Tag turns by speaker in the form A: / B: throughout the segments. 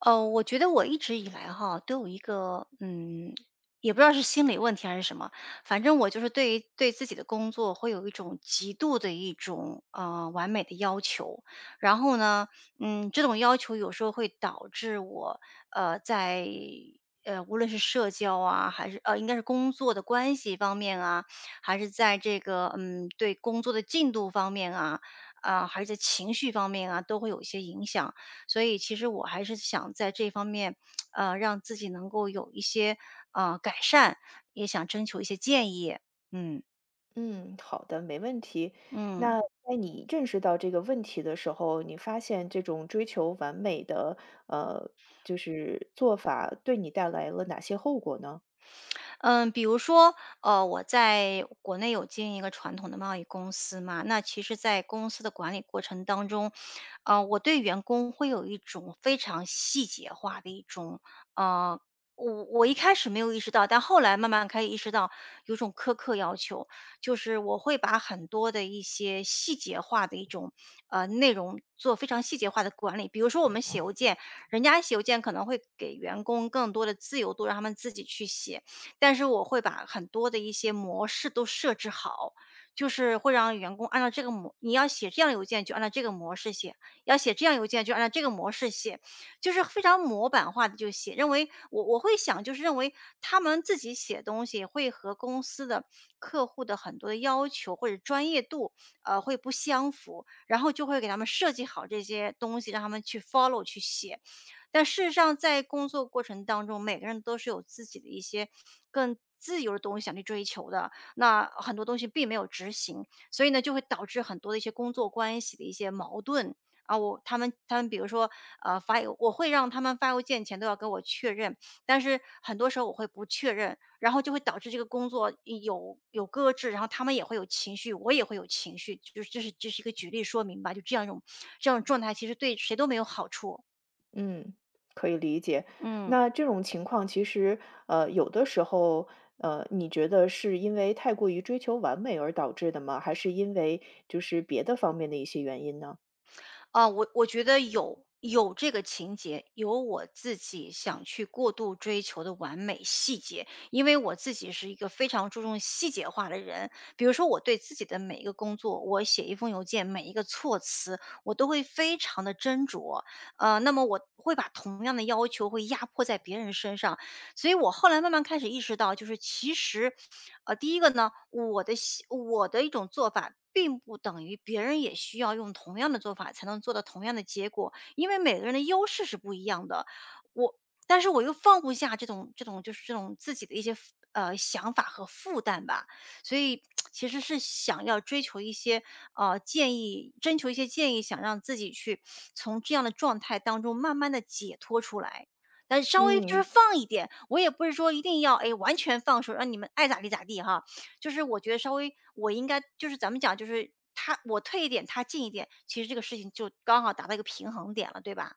A: 我觉得我一直以来哈，都有一个也不知道是心理问题还是什么。反正我就是对于对自己的工作会有一种极度的一种完美的要求。然后呢，这种要求有时候会导致我呃在呃无论是社交啊，还是应该是工作的关系方面啊，还是在这个对工作的进度方面啊，啊、还是在情绪方面啊，都会有一些影响。所以其实我还是想在这方面，让自己能够有一些，改善，也想征求一些建议。嗯。
B: 嗯，好的，没问题。
A: 嗯。
B: 那在你认识到这个问题的时候，你发现这种追求完美的，呃，就是做法对你带来了哪些后果呢？
A: 嗯，比如说，我在国内有经营一个传统的贸易公司嘛。那其实在公司的管理过程当中，我对员工会有一种非常细节化的一种，呃，我一开始没有意识到，但后来慢慢开始意识到，有种苛刻要求。就是我会把很多的一些细节化的一种，内容做非常细节化的管理。比如说我们写邮件，人家写邮件可能会给员工更多的自由度，让他们自己去写。但是我会把很多的一些模式都设置好，就是会让员工按照这个模你要写这样邮件就按照这个模式写，要写这样邮件就按照这个模式写，就是非常模板化的就写。认为我会想就是认为他们自己写东西会和公司的客户的很多的要求或者专业度，会不相符，然后就会给他们设计好这些东西，让他们去 follow 去写。但事实上，在工作过程当中，每个人都是有自己的一些更自由的东西想去追求的，那很多东西并没有执行。所以呢，就会导致很多的一些工作关系的一些矛盾。啊，我他们比如说，我会让他们发邮件前都要跟我确认，但是很多时候我会不确认，然后就会导致这个工作有搁置，然后他们也会有情绪，我也会有情绪。就是这是一个举例说明吧，就这样一种状态，其实对谁都没有好处。
B: 嗯，可以理解。
A: 嗯。
B: 那这种情况其实，有的时候，你觉得是因为太过于追求完美而导致的吗？还是因为就是别的方面的一些原因呢？
A: 啊，我觉得有这个情节，有我自己想去过度追求的完美细节，因为我自己是一个非常注重细节化的人。比如说，我对自己的每一个工作，我写一封邮件，每一个措辞，我都会非常的斟酌。那么我会把同样的要求会压迫在别人身上。所以我后来慢慢开始意识到，就是其实，第一个呢，我的一种做法，并不等于别人也需要用同样的做法才能做到同样的结果，因为每个人的优势是不一样的。我但是我又放不下这种就是这种自己的一些想法和负担吧。所以其实是想要追求一些建议，征求一些建议，想让自己去从这样的状态当中慢慢的解脱出来。但稍微就是
B: 嗯。
A: 放一点，我也不是说一定要，哎，完全放手，让你们爱咋地咋地哈。就是我觉得稍微，我应该就是咱们讲，就是他我退一点，他进一点，其实这个事情就刚好达到一个平衡点了，对吧？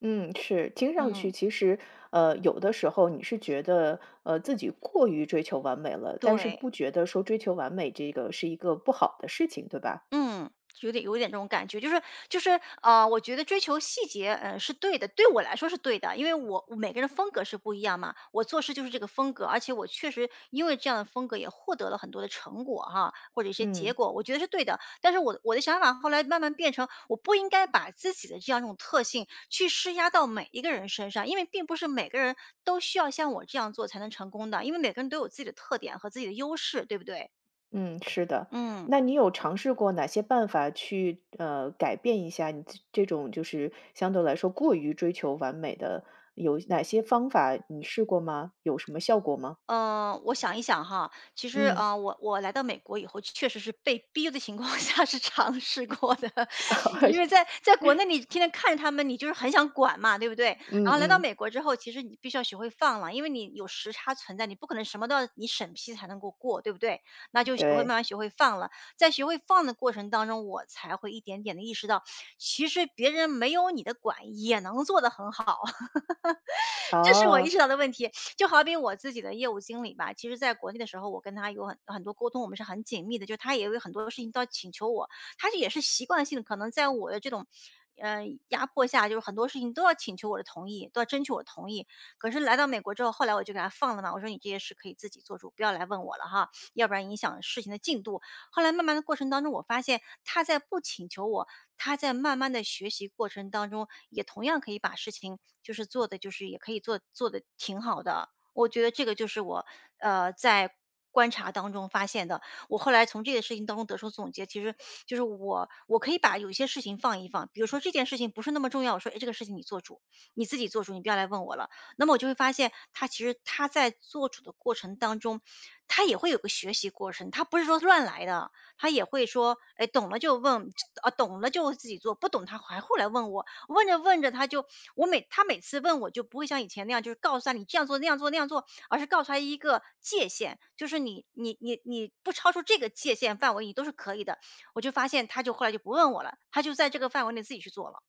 B: 嗯，是，听上去
A: 嗯，
B: 其实，有的时候你是觉得，自己过于追求完美了，但是
A: 对。
B: 不觉得说追求完美这个是一个不好的事情，对吧？
A: 嗯，有点这种感觉。就是，我觉得追求细节，嗯，是对的，对我来说是对的，因为我每个人风格是不一样嘛，我做事就是这个风格，而且我确实因为这样的风格也获得了很多的成果哈，或者一些结
B: 嗯
A: 果，我觉得是对的。但是我的想法后来慢慢变成，我不应该把自己的这样一种特性去施压到每一个人身上，因为并不是每个人都需要像我这样做才能成功的，因为每个人都有自己的特点和自己的优势，对不对？
B: 嗯，是的。
A: 嗯。
B: 那你有尝试过哪些办法去改变一下你这种就是相对来说过于追求完美的，有哪些方法你试过吗？有什么效果吗？
A: 嗯，我想一想哈。其实，
B: 嗯，
A: 我来到美国以后，确实是被逼的情况 下是尝试过的。因为在 在国内你天天看着他们，你就是很想管嘛，对不对？然
B: 嗯
A: 后来到
B: 嗯，
A: 美国之后，其实你必须要学会放了，因为你有时差存在，你不可能什么都要你审批才能够过，对不对？那就
B: 对，
A: 慢慢学会放了。在学会放的过程当中，我才会一点点的意识到，其实别人没有你的管也能做得很好。这是我意识
B: 哦。
A: 到的问题。就好比我自己的业务经理吧。其实在国内的时候，我跟他有很多沟通，我们是很紧密的，就他也有很多事情都要请求我。他是也是习惯性的，可能在我的这种。压迫下就是很多事情都要请求我的同意，都要征求我的同意。可是来到美国之后，后来我就给他放了嘛，我说你这些事可以自己做主，不要来问我了哈，要不然影响事情的进度。后来慢慢的过程当中，我发现他在不请求我，他在慢慢的学习过程当中，也同样可以把事情就是做的就是也可以做的挺好的。我觉得这个就是我呃在观察当中发现的。我后来从这个事情当中得出总结，其实就是我可以把有些事情放一放，比如说这件事情不是那么重要，我说哎这个事情你做主，你自己做主，你不要来问我了。那么我就会发现，他其实在做主的过程当中，他也会有个学习过程，他不是说乱来的。他也会说，哎，懂了就问，啊，懂了就自己做，不懂他还后来问我。问着问着，他每次问我就不会像以前那样，就是告诉他你这样做那样做，而是告诉他一个界限，就是你不超出这个界限范围，你都是可以的。我就发现他就后来就不问我了，他就在这个范围内自己去做了。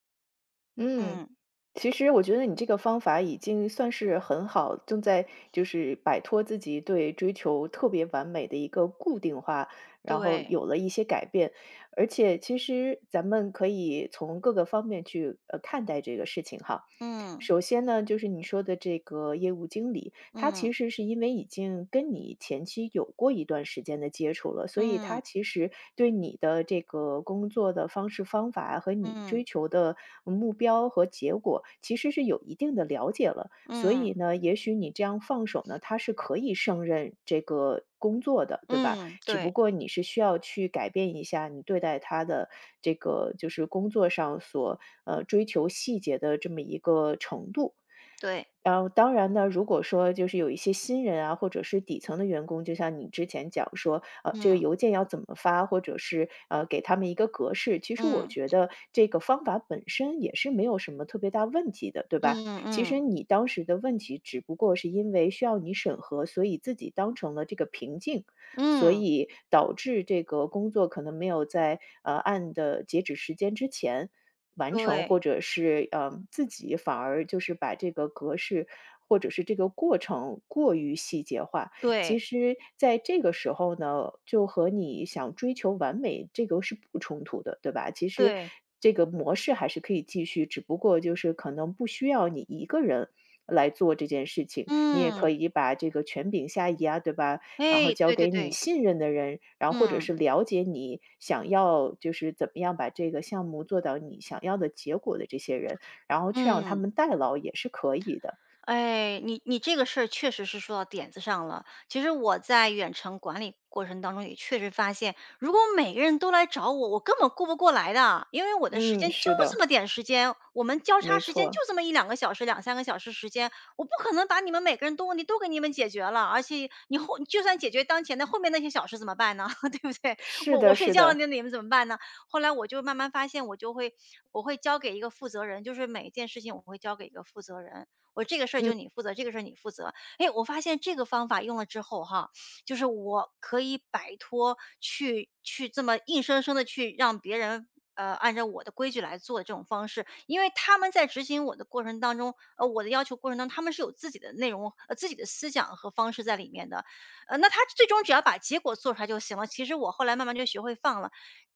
B: 嗯，
A: 嗯，
B: 其实我觉得你这个方法已经算是很好，正在就是摆脱自己对追求特别完美的一个固定化，然后
A: 对，
B: 有了一些改变。而且其实咱们可以从各个方面去看待这个事情哈。
A: 嗯
B: 首先呢，就是你说的这个业务经理，他
A: 嗯
B: 其实是因为已经跟你前期有过一段时间的接触了，所以他
A: 嗯
B: 其实对你的这个工作的方式方法和你
A: 嗯
B: 追求的目标和结果，其实是有一定的了解了。所以
A: 嗯
B: 呢，也许你这样放手呢，他是可以胜任这个工作的，对吧？
A: 嗯，
B: 只不
A: 对
B: 过你是需要去改变一下你对待他的这个就是工作上所追求细节的这么一个程度。
A: 对，
B: 然后当然呢，如果说就是有一些新人啊，或者是底层的员工，就像你之前讲说，这个
A: 嗯
B: 邮件要怎么发，或者是给他们一个格式，其实我
A: 嗯
B: 觉得这个方法本身也是没有什么特别大问题的，对吧？
A: 嗯
B: 其
A: 嗯
B: 实你当时的问题只不过是因为需要你审核，所以自己当成了这个瓶颈，所
A: 嗯，
B: 以导致这个工作可能没有在按的截止时间之前完成，或
A: 对。
B: 者是自己反而就是把这个格式或者是这个过程过于细节化。
A: 对，
B: 其实在这个时候呢，就和你想追求完美这个是不冲突的，对吧？其实
A: 对，
B: 这个模式还是可以继续，只不过就是可能不需要你一个人。来做这件事情，你也可
A: 嗯，
B: 以把这个权柄下移啊，对吧？然后
A: 哎，
B: 交
A: 对对
B: 给你
A: 对，
B: 信任的人，然后或者
A: 嗯，
B: 是了解你想要就是怎么样把这个项目做到你想要的结果的这些人，然后去让他
A: 嗯。
B: 们代劳也是可以的。
A: 哎，你这个事儿确实是说到点子上了。其实我在远程管理过程当中，也确实发现，如果每个人都来找我，我根本顾不过来的。因为我的时
B: 嗯，
A: 间就
B: 是
A: 这
B: 的，
A: 么点时间，我们交叉
B: 没
A: 时间就
B: 错，
A: 这么一两个小时、两三个小时时间，我不可能把你们每个人的问题都给你们解决了。而且你后就算解决当前的后面那些小事怎么办呢？对不对？
B: 是
A: 我
B: 的，
A: 睡
B: 是
A: 觉了，那
B: 的，
A: 你们怎么办呢？后来我就慢慢发现，我会交给一个负责人，就是每一件事情我会交给一个负责人。我这个事儿
B: 嗯，
A: 就你负责，这个事儿你负责。哎，我发现这个方法用了之后哈，就是我可以摆脱去这么硬生生的去让别人按照我的规矩来做的这种方式，因为他们在执行我的过程当中，我的要求过程当中，他们是有自己的内容、自己的思想和方式在里面的，那他最终只要把结果做出来就行了。其实我后来慢慢就学会放了，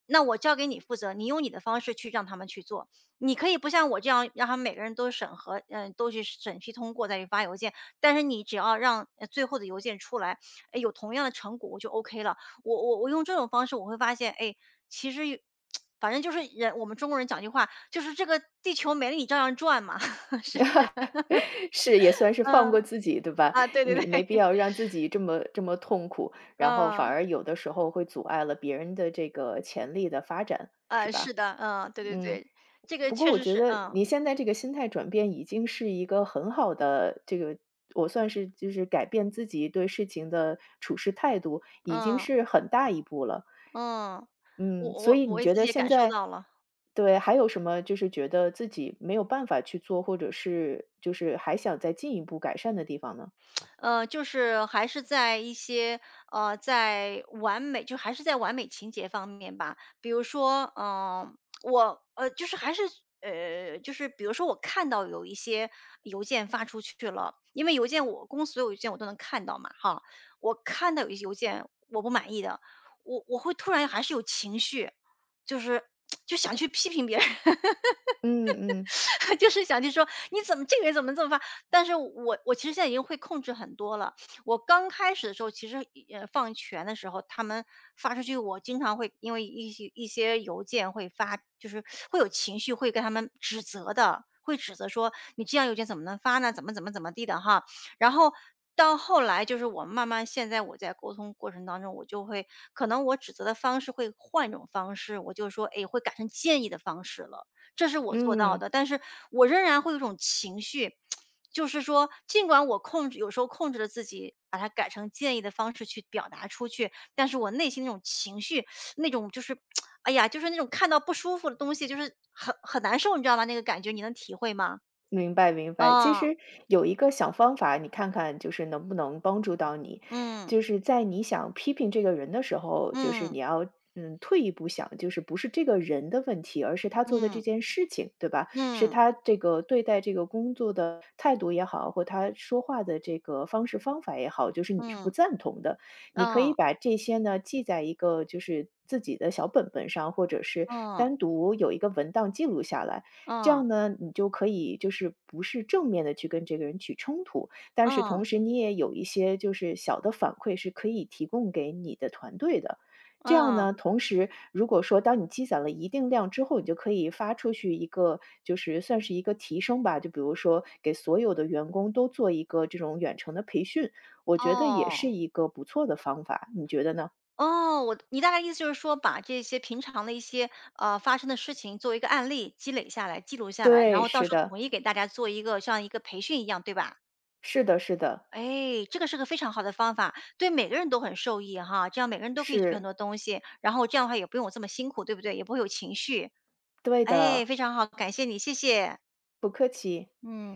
A: 那我交给你负责，你用你的方式去让他们去做。你可以不像我这样，让他们每个人都审核，嗯，都去审批通过再去发邮件。但是你只要让最后的邮件出来，哎，有同样的成果，我就 OK 了。我用这种方式，我会发现，哎，其实有 反正就是人，我们中国人讲句话，就是这个地球没了你照样转嘛，是不 是？
B: 是也算是放
A: 嗯
B: 过自己，对吧？
A: 啊，对对对，
B: 没必要让自己这么这么痛苦，然后反
A: 嗯
B: 而有的时候会阻碍了别人的这个潜力的发展，是
A: 啊，是
B: 吧？
A: 的，嗯，对对
B: 嗯。
A: 对，这个
B: 不过
A: 确
B: 我
A: 实
B: 觉
A: 是，
B: 得
A: 嗯
B: 你现在这个心态转变已经是一个很好的这个我算是就是改变自己对事情的处事态度，已经
A: 嗯
B: 是很大一步了。
A: 嗯，我
B: 嗯，所
A: 我
B: 以
A: 我
B: 你
A: 为
B: 觉
A: 自己
B: 得
A: 也
B: 现
A: 感受
B: 在
A: 到了。
B: 对，还有什么就是觉得自己没有办法去做，或者是就是还想再进一步改善的地方呢？
A: 就是还是在一些在完美就还是在完美情节方面吧。比如说，嗯，我就是还是就是比如说我看到有一些邮件发出去了，因为邮件我公司所有邮件我都能看到嘛，哈，我看到有一些邮件我不满意的，我会突然还是有情绪，就是 就想去批评别人，
B: 嗯嗯
A: 就是想去说你怎么这个人怎么这么发？但是我其实现在已经会控制很多了。我刚开始的时候，其实放权的时候，他们发出去，我经常会因为一些邮件会发，就是会有情绪，会跟他们指责的，会指责说你这样邮件怎么能发呢？怎么怎么怎么地的哈。然后到后来，就是我慢慢现在我在沟通过程当中，我就会可能我指责的方式会换一种方式，我就说哎会改成建议的方式了。这是我做到
B: 嗯。
A: 的，但是我仍然会有一种情绪，就是说，尽管我控制有时候控制了自己，把它改成建议的方式去表达出去，但是我内心那种情绪，那种就是，哎呀，就是那种看到不舒服的东西，就是很难受，你知道吗？那个感觉你能体会吗？
B: 明白明白，其
A: 啊，
B: 实有一个小方法，你看看就是能不能帮助到你，
A: 嗯
B: 就是在你想批评这个人的时候，就是
A: 嗯
B: 你要退一步想，就是不是这个人的问题，而是他做的这
A: 嗯
B: 件事情，对吧？是
A: 嗯
B: 他这个对待这个工作的态度也好，或他说话的这个方式方法也好，就是你是不
A: 嗯
B: 赞同的，你可以
A: 嗯
B: 把这些呢记在一个就是。自己的小本本上，或者是
A: 嗯
B: 单独有一个文档记录下来，这
A: 嗯
B: 样呢，你就可以就是不是正面的去跟这个人起冲突，但是
A: 嗯
B: 同时你也有一些就是小的反馈是可以提供给你的团队的。这样
A: 嗯，
B: 呢，同时如果说当你积攒了一定量之后，你就可以发出去一个就是算是一个提升吧，就比如说给所有的员工都做一个这种远程的培训，我觉得也是
A: 哦。
B: 一个不错的方法，你觉得呢？
A: 哦，我你大概意思就是说，把这些平常的一些，发生的事情作为一个案例积累下来、记录下来，然
B: 对，
A: 后到
B: 是
A: 时候统
B: 的，
A: 一给大家做一个像一个培训一样，对吧？
B: 是的，是的，
A: 哎，这个是个非常好的方法，对每个人都很受益哈，这样每个人都可以学很
B: 是，
A: 多东西，然后这样的话也不用我这么辛苦，对不对？也不会有情绪。
B: 对
A: 哎，
B: 的，
A: 非常好，感谢你，谢谢。
B: 不客气。
A: 嗯。